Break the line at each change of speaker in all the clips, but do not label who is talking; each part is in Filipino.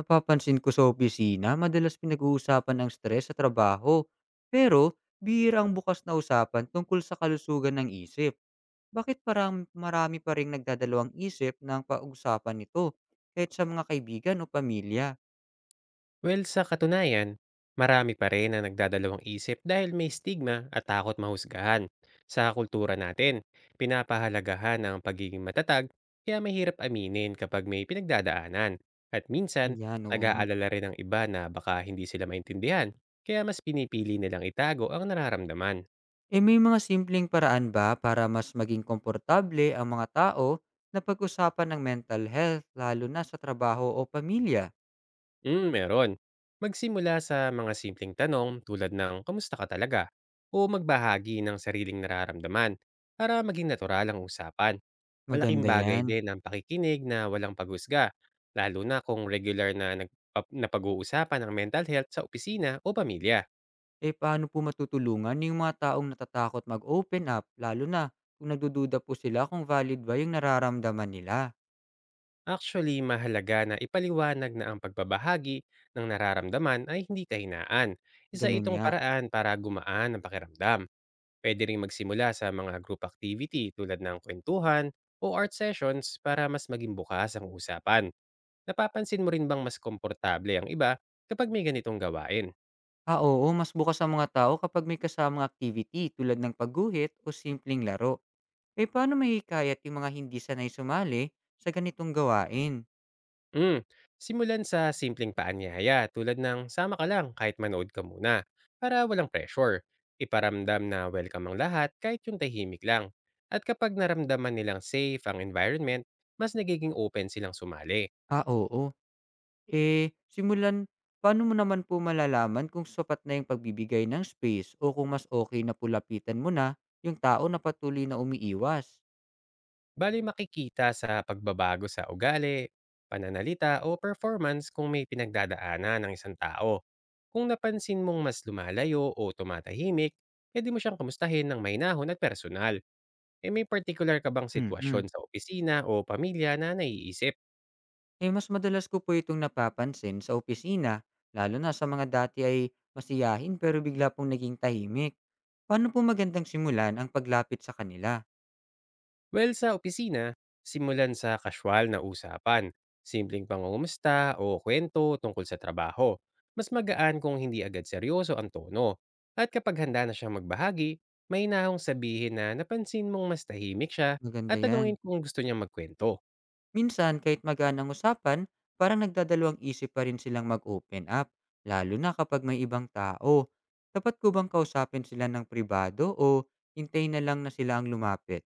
Napapansin ko sa opisina, madalas pinag-uusapan ang stress sa trabaho. Pero, bihira ang bukas na usapan tungkol sa kalusugan ng isip. Bakit parang marami pa rin nagdadalawang isip ng pag-usapan nito? Kahit sa mga kaibigan o pamilya.
Well, sa katunayan, marami pa rin ang nagdadalawang isip dahil may stigma at takot mahusgahan. Sa kultura natin, pinapahalagahan ang pagiging matatag kaya mahirap aminin kapag may pinagdadaanan. At minsan,
Ayan, oo nga.
nag-aalala rin ang iba na baka hindi sila maintindihan, kaya mas pinipili nilang itago ang nararamdaman.
Eh may mga simpleng paraan ba para mas maging komportable ang mga tao na pag-usapan ng mental health lalo na sa trabaho o pamilya?
Hmm, meron. Magsimula sa mga simpleng tanong tulad ng kamusta ka talaga o magbahagi ng sariling nararamdaman para maging natural ang usapan. Malaking
Maganda
bagay
yan.
din ang pakikinig na walang paghusga, lalo na kung regular na nag pag uusapan ang mental health sa opisina o pamilya.
Eh, paano po matutulungan yung mga taong natatakot mag-open up, lalo na kung nagdududa po sila kung valid ba yung nararamdaman nila?
Actually, mahalaga na ipaliwanag na ang pagbabahagi ng nararamdaman ay hindi kahinaan. Isa
Ganun
itong
nga.
paraan para gumaan ang pakiramdam. Pwede ring magsimula sa mga group activity tulad ng kwentuhan o art sessions para mas maging bukas ang usapan. Napapansin mo rin bang mas komportable ang iba kapag may ganitong gawain?
Ah, oo, mas bukas ang mga tao kapag may kasamang activity tulad ng pagguhit o simpleng laro. Eh, paano mahikayat yung mga hindi sanay sumali sa ganitong gawain?
Mm. Simulan sa simpleng paanyaya tulad ng sama ka lang kahit manood ka muna para walang pressure. Iparamdam na welcome ang lahat kahit yung tahimik lang. At kapag naramdaman nilang safe ang environment, mas nagiging open silang sumali.
Ah, oo. Eh, simulan, paano mo naman po malalaman kung sapat na yung pagbibigay ng space o kung mas okay na pulapitan mo na yung tao na patuloy na umiiwas?
Bali makikita sa pagbabago sa ugali, pananalita o performance kung may pinagdadaanan ng isang tao. Kung napansin mong mas lumalayo o tumatahimik, pwede mo siyang kamustahin ng mainahon at personal. E may particular ka bang sitwasyon
mm
sa opisina o pamilya na naiisip?
Eh, mas madalas ko po itong napapansin sa opisina, lalo na sa mga dati ay masiyahin pero bigla pong naging tahimik. Paano po magandang simulan ang paglapit sa kanila?
Well, sa opisina, simulan sa casual na usapan, simpleng pangungumusta o kwento tungkol sa trabaho. Mas magaan kung hindi agad seryoso ang tono. At kapag handa na siyang magbahagi, may nahong sabihin na napansin mong mas tahimik siya
Maganda
at tanungin
yan.
kung gusto niya magkwento.
Minsan, kahit magaan ang usapan, parang nagdadalawang isip pa rin silang mag-open up, lalo na kapag may ibang tao. Dapat ko bang kausapin sila ng pribado o hintay na lang na sila ang lumapit?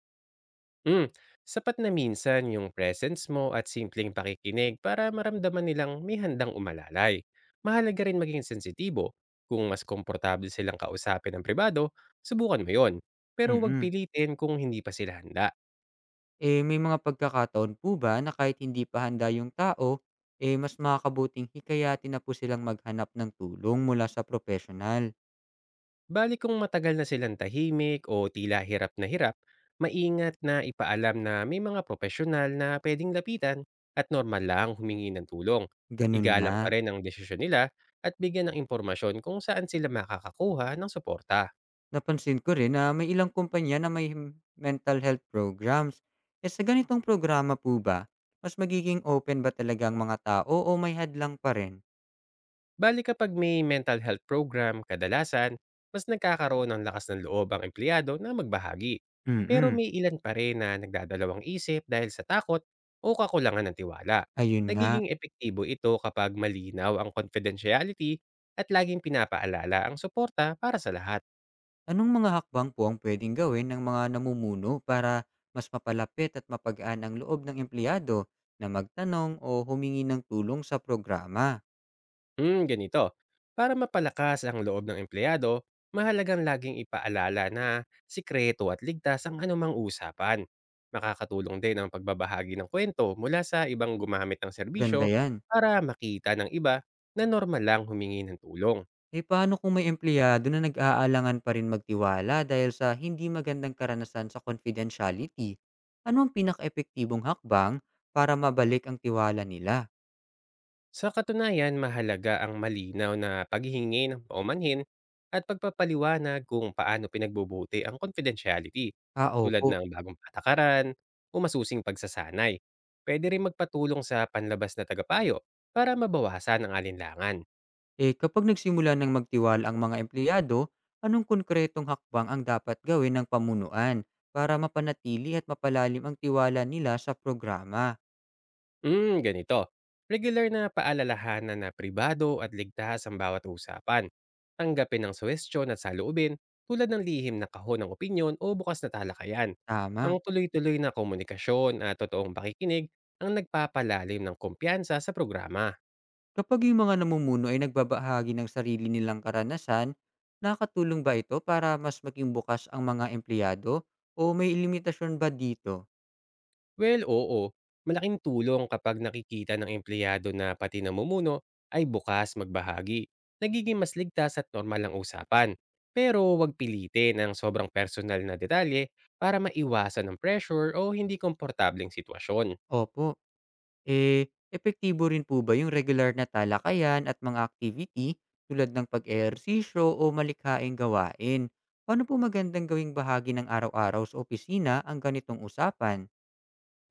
Mm, sapat na minsan yung presence mo at simpleng pakikinig para maramdaman nilang may handang umalalay. Mahalaga rin maging sensitibo. Kung mas komportable silang kausapin ng pribado, subukan mo yon. Pero huwag
Mm
pilitin kung hindi pa sila handa.
Eh, may mga pagkakataon po ba na kahit hindi pa handa yung tao, eh mas makakabuting hikayatin na po silang maghanap ng tulong mula sa professional?
Bali kung matagal na silang tahimik o tila hirap na hirap, maingat na ipaalam na may mga profesional na pwedeng lapitan at normal lang humingi ng tulong.
Ganun
Igalang pa
nga.
rin ang desisyon nila at bigyan ng impormasyon kung saan sila makakakuha ng suporta.
Napansin ko rin na may ilang kumpanya na may mental health programs. Eh sa ganitong programa po ba, mas magiging open ba talaga ang mga tao o may hadlang pa rin?
Bali kapag may mental health program, kadalasan, mas nagkakaroon ng lakas ng loob ang empleyado na magbahagi. Pero
Mm-mm.
may ilan pa rin na nagdadalawang isip dahil sa takot o kakulangan ng tiwala.
Ayun nga.
Nagiging epektibo ito kapag malinaw ang confidentiality at laging pinapaalala ang suporta para sa lahat.
Anong mga hakbang po ang puwedeng gawin ng mga namumuno para mas mapalapit at mapagaan ang loob ng empleyado na magtanong o humingi ng tulong sa programa?
Hmm, ganito. Para mapalakas ang loob ng empleyado, mahalagang laging ipaalala na sikreto at ligtas ang anumang usapan. Makakatulong din ang pagbabahagi ng kwento mula sa ibang gumamit ng
Ganda
serbisyo
yan.
para makita ng iba na normal lang humingi ng tulong.
Eh paano kung may empleyado na nag-aalangan pa rin magtiwala dahil sa hindi magandang karanasan sa confidentiality? Ano ang pinaka-epektibong hakbang para mabalik ang tiwala nila?
Sa katunayan, mahalaga ang malinaw na paghihingi ng paumanhin at pagpapaliwanag kung paano pinagbubuti ang confidentiality,
Ah,
tulad
opo.
ng bagong patakaran o masusing pagsasanay. Pwede rin magpatulong sa panlabas na tagapayo para mabawasan ang alinlangan.
Eh kapag nagsimula ng magtiwal ang mga empleyado, anong konkretong hakbang ang dapat gawin ng pamunuan para mapanatili at mapalalim ang tiwala nila sa programa?
Hmm, ganito. Regular na paalalahanan na pribado at ligtas ang bawat usapan. Tanggapin ang suwestyon at saloobin tulad ng lihim na kahon ng opinyon o bukas na talakayan. Ang
Tama.
tuloy-tuloy na komunikasyon at totoong pakikinig ang nagpapalalim ng kumpiyansa sa programa.
Kapag yung mga namumuno ay nagbabahagi ng sarili nilang karanasan, nakatulong ba ito para mas maging bukas ang mga empleyado o may limitasyon ba dito?
Well, oo. Malaking tulong kapag nakikita ng empleyado na pati namumuno ay bukas magbahagi. Nagiging mas ligtas at normal ang usapan. Pero huwag pilitin ang sobrang personal na detalye para maiwasan ng pressure o hindi komportableng sitwasyon.
Opo. Eh, epektibo rin po ba yung regular na talakayan at mga activity tulad ng pag-ehersisyo o malikhaing gawain? Paano po magandang gawing bahagi ng araw-araw sa opisina ang ganitong usapan?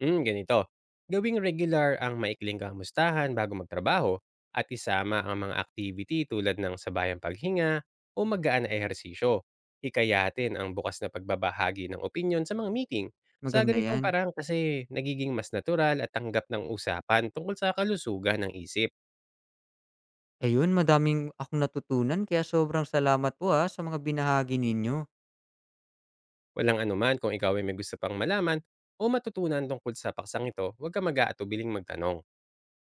Hmm, ganito. Gawing regular ang maikling kamustahan bago magtrabaho at isama ang mga activity tulad ng sabayang paghinga o magaan na ehersisyo. Hikayatin ang bukas na pagbabahagi ng opinyon sa mga meeting. Sa
Maganda
ganitong
yan.
parang kasi nagiging mas natural at tanggap ng usapan tungkol sa kalusugan ng isip.
Ayun, madaming akong natutunan kaya sobrang salamat po ha sa mga binahagi ninyo.
Walang anuman kung ikaw ay may gusto pang malaman o matutunan tungkol sa paksang ito, huwag ka mag-aatubiling magtanong.